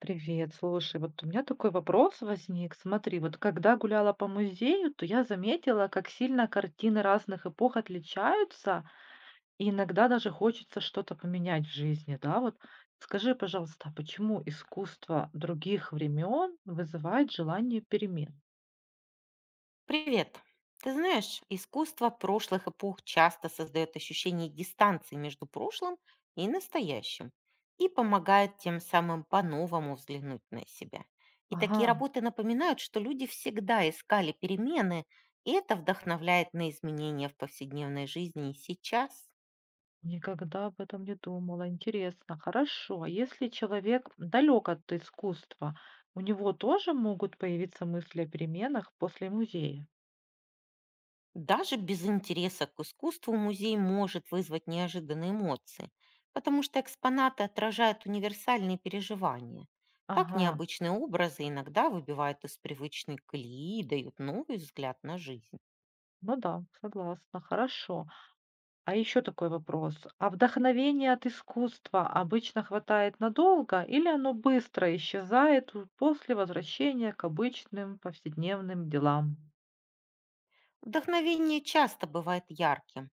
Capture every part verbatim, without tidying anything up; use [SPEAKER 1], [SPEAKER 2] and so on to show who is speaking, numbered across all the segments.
[SPEAKER 1] Привет, слушай, вот у меня такой вопрос возник. Смотри, вот когда гуляла по музею, то я заметила, как сильно картины разных эпох отличаются, и иногда даже хочется что-то поменять в жизни, да? Вот скажи, пожалуйста, а почему искусство других времен вызывает желание перемен?
[SPEAKER 2] Привет. Ты знаешь, искусство прошлых эпох часто создает ощущение дистанции между прошлым и настоящим и помогает тем самым по-новому взглянуть на себя. И
[SPEAKER 1] Ага,
[SPEAKER 2] такие работы напоминают, что люди всегда искали перемены, и это вдохновляет на изменения в повседневной жизни и сейчас.
[SPEAKER 1] никогда об этом не думала. Интересно. Хорошо. а Если человек далек от искусства, у него тоже могут появиться мысли о переменах после музея?
[SPEAKER 2] Даже без интереса к искусству музей может вызвать неожиданные эмоции, потому что экспонаты отражают универсальные переживания. Так
[SPEAKER 1] Ага.
[SPEAKER 2] необычные образы иногда выбивают из привычной колеи и дают новый взгляд на жизнь.
[SPEAKER 1] Ну да, согласна, хорошо. А еще такой вопрос. А вдохновение от искусства обычно хватает надолго или оно быстро исчезает у- после возвращения к обычным повседневным делам?
[SPEAKER 2] Вдохновение часто бывает ярким,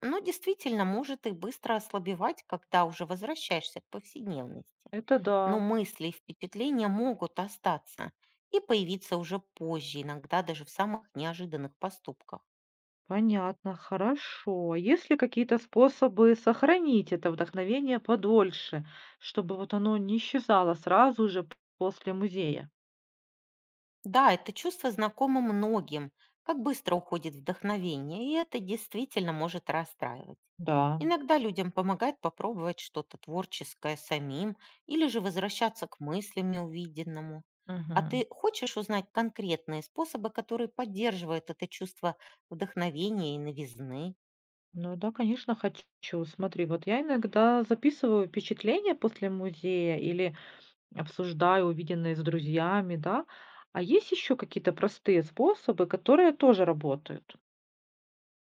[SPEAKER 2] но действительно может и быстро ослабевать, когда уже возвращаешься к повседневности.
[SPEAKER 1] Это
[SPEAKER 2] Но
[SPEAKER 1] да,
[SPEAKER 2] мысли и впечатления могут остаться и появиться уже позже, иногда даже в самых неожиданных поступках.
[SPEAKER 1] понятно, хорошо. Есть ли какие-то способы сохранить это вдохновение подольше, чтобы вот оно не исчезало сразу же п- после музея?
[SPEAKER 2] Да, это чувство знакомо многим. Как быстро уходит вдохновение, и это действительно может расстраивать.
[SPEAKER 1] Да.
[SPEAKER 2] Иногда людям помогает попробовать что-то творческое самим или же возвращаться к мыслям неувиденному. А
[SPEAKER 1] Мгм.
[SPEAKER 2] ты хочешь узнать конкретные способы, которые поддерживают это чувство вдохновения и новизны?
[SPEAKER 1] Ну да, конечно, хочу. Смотри, вот я иногда записываю впечатления после музея или обсуждаю увиденное с друзьями, да. А есть еще какие-то простые способы, которые тоже работают?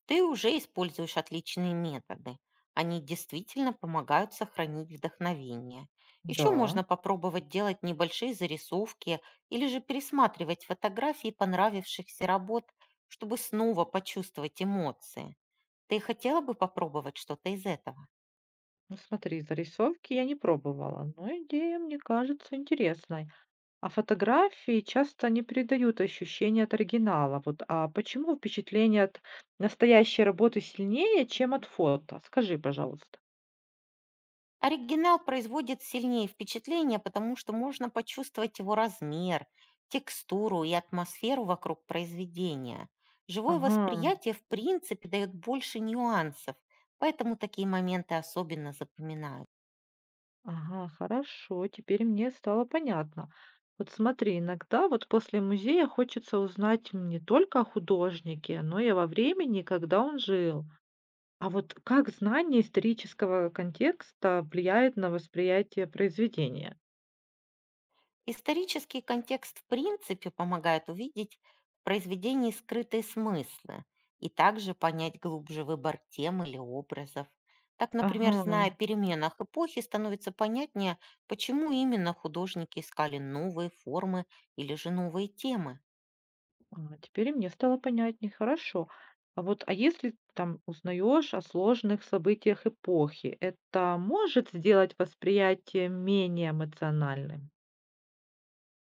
[SPEAKER 2] Ты уже используешь отличные методы. Они действительно помогают сохранить вдохновение. Еще
[SPEAKER 1] Да.
[SPEAKER 2] можно попробовать делать небольшие зарисовки или же пересматривать фотографии понравившихся работ, чтобы снова почувствовать эмоции. Ты хотела бы попробовать что-то из этого?
[SPEAKER 1] Ну смотри, зарисовки я не пробовала, но идея мне кажется интересной. А фотографии часто не передают ощущение от оригинала. Вот, а почему впечатление от настоящей работы сильнее, чем от фото? Скажи, пожалуйста.
[SPEAKER 2] Оригинал производит сильнее впечатление, потому что можно почувствовать его размер, текстуру и атмосферу вокруг произведения. Живое
[SPEAKER 1] Ага.
[SPEAKER 2] восприятие, в принципе, дает больше нюансов, поэтому такие моменты особенно запоминаются.
[SPEAKER 1] Ага, хорошо, теперь мне стало понятно. Вот смотри, иногда вот после музея хочется узнать не только о художнике, но и во времени, когда он жил. А вот как знание исторического контекста влияет на восприятие произведения?
[SPEAKER 2] Исторический контекст в принципе помогает увидеть в произведении скрытые смыслы и также понять глубже выбор тем или образов. Так, например,
[SPEAKER 1] Ага,
[SPEAKER 2] зная о переменах эпохи, становится понятнее, почему именно художники искали новые формы или же новые темы.
[SPEAKER 1] а, теперь и мне стало понятнее, хорошо. А вот, а если там узнаешь о сложных событиях эпохи, это может сделать восприятие менее эмоциональным?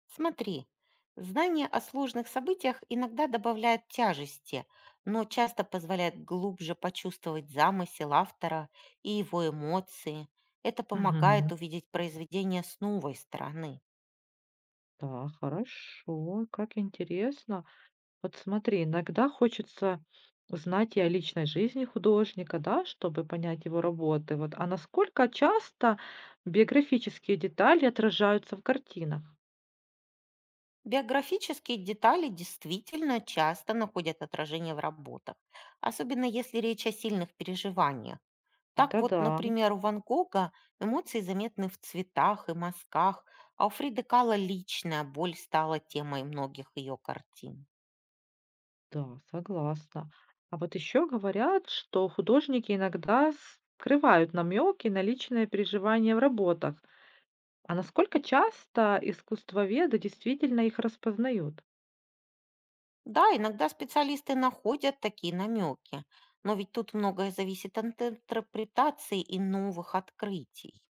[SPEAKER 2] Смотри, знание о сложных событиях иногда добавляет тяжести, но часто позволяет глубже почувствовать замысел автора и его эмоции. Это помогает
[SPEAKER 1] Мгм.
[SPEAKER 2] увидеть произведение с новой стороны.
[SPEAKER 1] Да, хорошо, как интересно. Вот смотри, иногда хочется узнать и о личной жизни художника, да, чтобы понять его работы. Вот, а насколько часто биографические детали отражаются в картинах?
[SPEAKER 2] Биографические детали действительно часто находят отражение в работах, особенно если речь о сильных переживаниях. Так
[SPEAKER 1] Да,
[SPEAKER 2] вот,
[SPEAKER 1] да,
[SPEAKER 2] например, у Ван Гога эмоции заметны в цветах и мазках, а у Фриды Кала личная боль стала темой многих ее картин.
[SPEAKER 1] да, согласна. А вот еще говорят, что художники иногда скрывают намеки на личные переживания в работах. А насколько часто искусствоведы действительно их распознают?
[SPEAKER 2] Да, иногда специалисты находят такие намеки, но ведь тут многое зависит от интерпретации и новых открытий.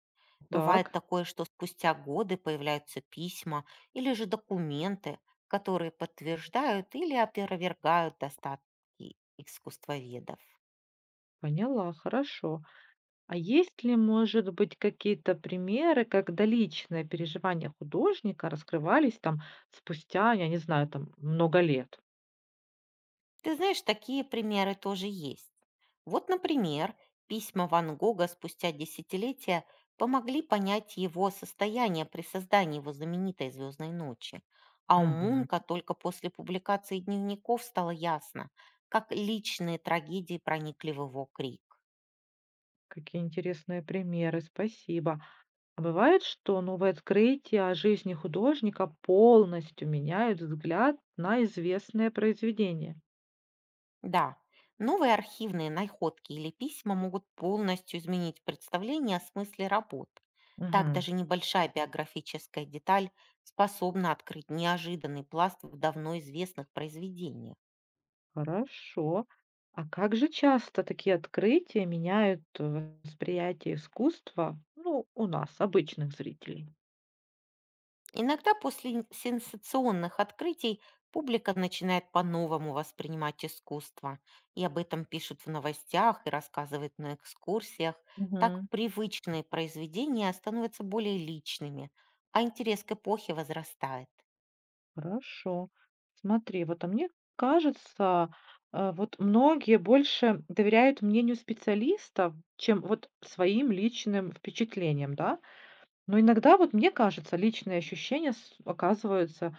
[SPEAKER 2] Бывает
[SPEAKER 1] Так,
[SPEAKER 2] такое, что спустя годы появляются письма или же документы, которые подтверждают или опровергают достатки искусствоведов.
[SPEAKER 1] поняла, хорошо. А есть ли, может быть, какие-то примеры, когда личные переживания художника раскрывались там спустя, я не знаю, там много лет?
[SPEAKER 2] Ты знаешь, такие примеры тоже есть. Вот, например, письма Ван Гога спустя десятилетия помогли понять его состояние при создании его знаменитой «Звездной ночи». А у
[SPEAKER 1] Мгм.
[SPEAKER 2] Мунка только после публикации дневников стало ясно, как личные трагедии проникли в его крик.
[SPEAKER 1] Какие интересные примеры, спасибо. А бывает, что новые открытия о жизни художника полностью меняют взгляд на известное произведение?
[SPEAKER 2] Да, новые архивные находки или письма могут полностью изменить представление о смысле работ. Так
[SPEAKER 1] Мгм.
[SPEAKER 2] даже небольшая биографическая деталь способна открыть неожиданный пласт в давно известных произведениях.
[SPEAKER 1] Хорошо. А как же часто такие открытия меняют э, восприятие искусства, ну, у нас, обычных зрителей?
[SPEAKER 2] Иногда после н- сенсационных открытий публика начинает по-новому воспринимать искусство, и об этом пишут в новостях и рассказывают на экскурсиях. Так
[SPEAKER 1] Мгм.
[SPEAKER 2] привычные произведения становятся более личными, а интерес к эпохе возрастает.
[SPEAKER 1] Хорошо. Смотри, вот, а мне кажется, э, вот многие больше доверяют мнению специалистов, чем вот своим личным впечатлениям, да. Но иногда, вот мне кажется, личные ощущения с оказываются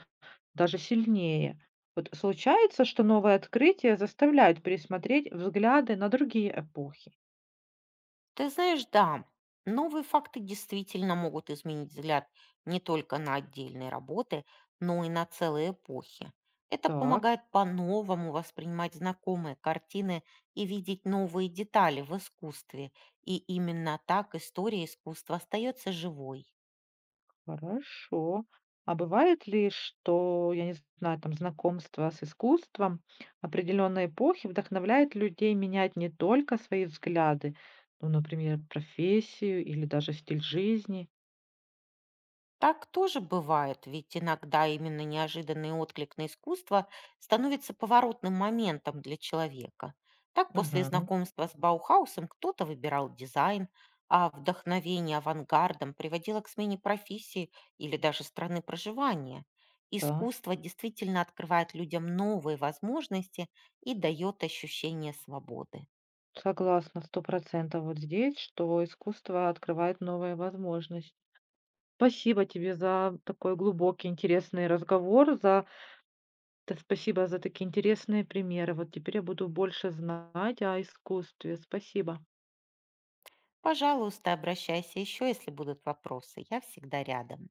[SPEAKER 1] даже сильнее. Вот случается, что новые открытия заставляют пересмотреть взгляды на другие эпохи.
[SPEAKER 2] Ты знаешь, да, новые факты действительно могут изменить взгляд не только на отдельные работы, но и на целые эпохи. Это
[SPEAKER 1] Так.
[SPEAKER 2] помогает по-новому воспринимать знакомые картины и видеть новые детали в искусстве. И именно так история искусства остается живой.
[SPEAKER 1] Хорошо. А бывает ли, что, я не знаю, там знакомство с искусством определенной эпохи вдохновляет людей менять не только свои взгляды, ну, например, профессию или даже стиль жизни?
[SPEAKER 2] Так тоже бывает, ведь иногда именно неожиданный отклик на искусство становится поворотным моментом для человека. Так после
[SPEAKER 1] Мгм.
[SPEAKER 2] знакомства с Баухаусом кто-то выбирал дизайн, а вдохновение авангардом приводило к смене профессии или даже страны проживания.
[SPEAKER 1] Да,
[SPEAKER 2] Искусство действительно открывает людям новые возможности и дает ощущение свободы.
[SPEAKER 1] согласна, сто процентов вот здесь, что искусство открывает новые возможности. Спасибо тебе за такой глубокий, интересный разговор, за т- спасибо за такие интересные примеры. Вот теперь я буду больше знать о искусстве. Спасибо.
[SPEAKER 2] Пожалуйста, обращайся еще, если будут вопросы. Я всегда рядом.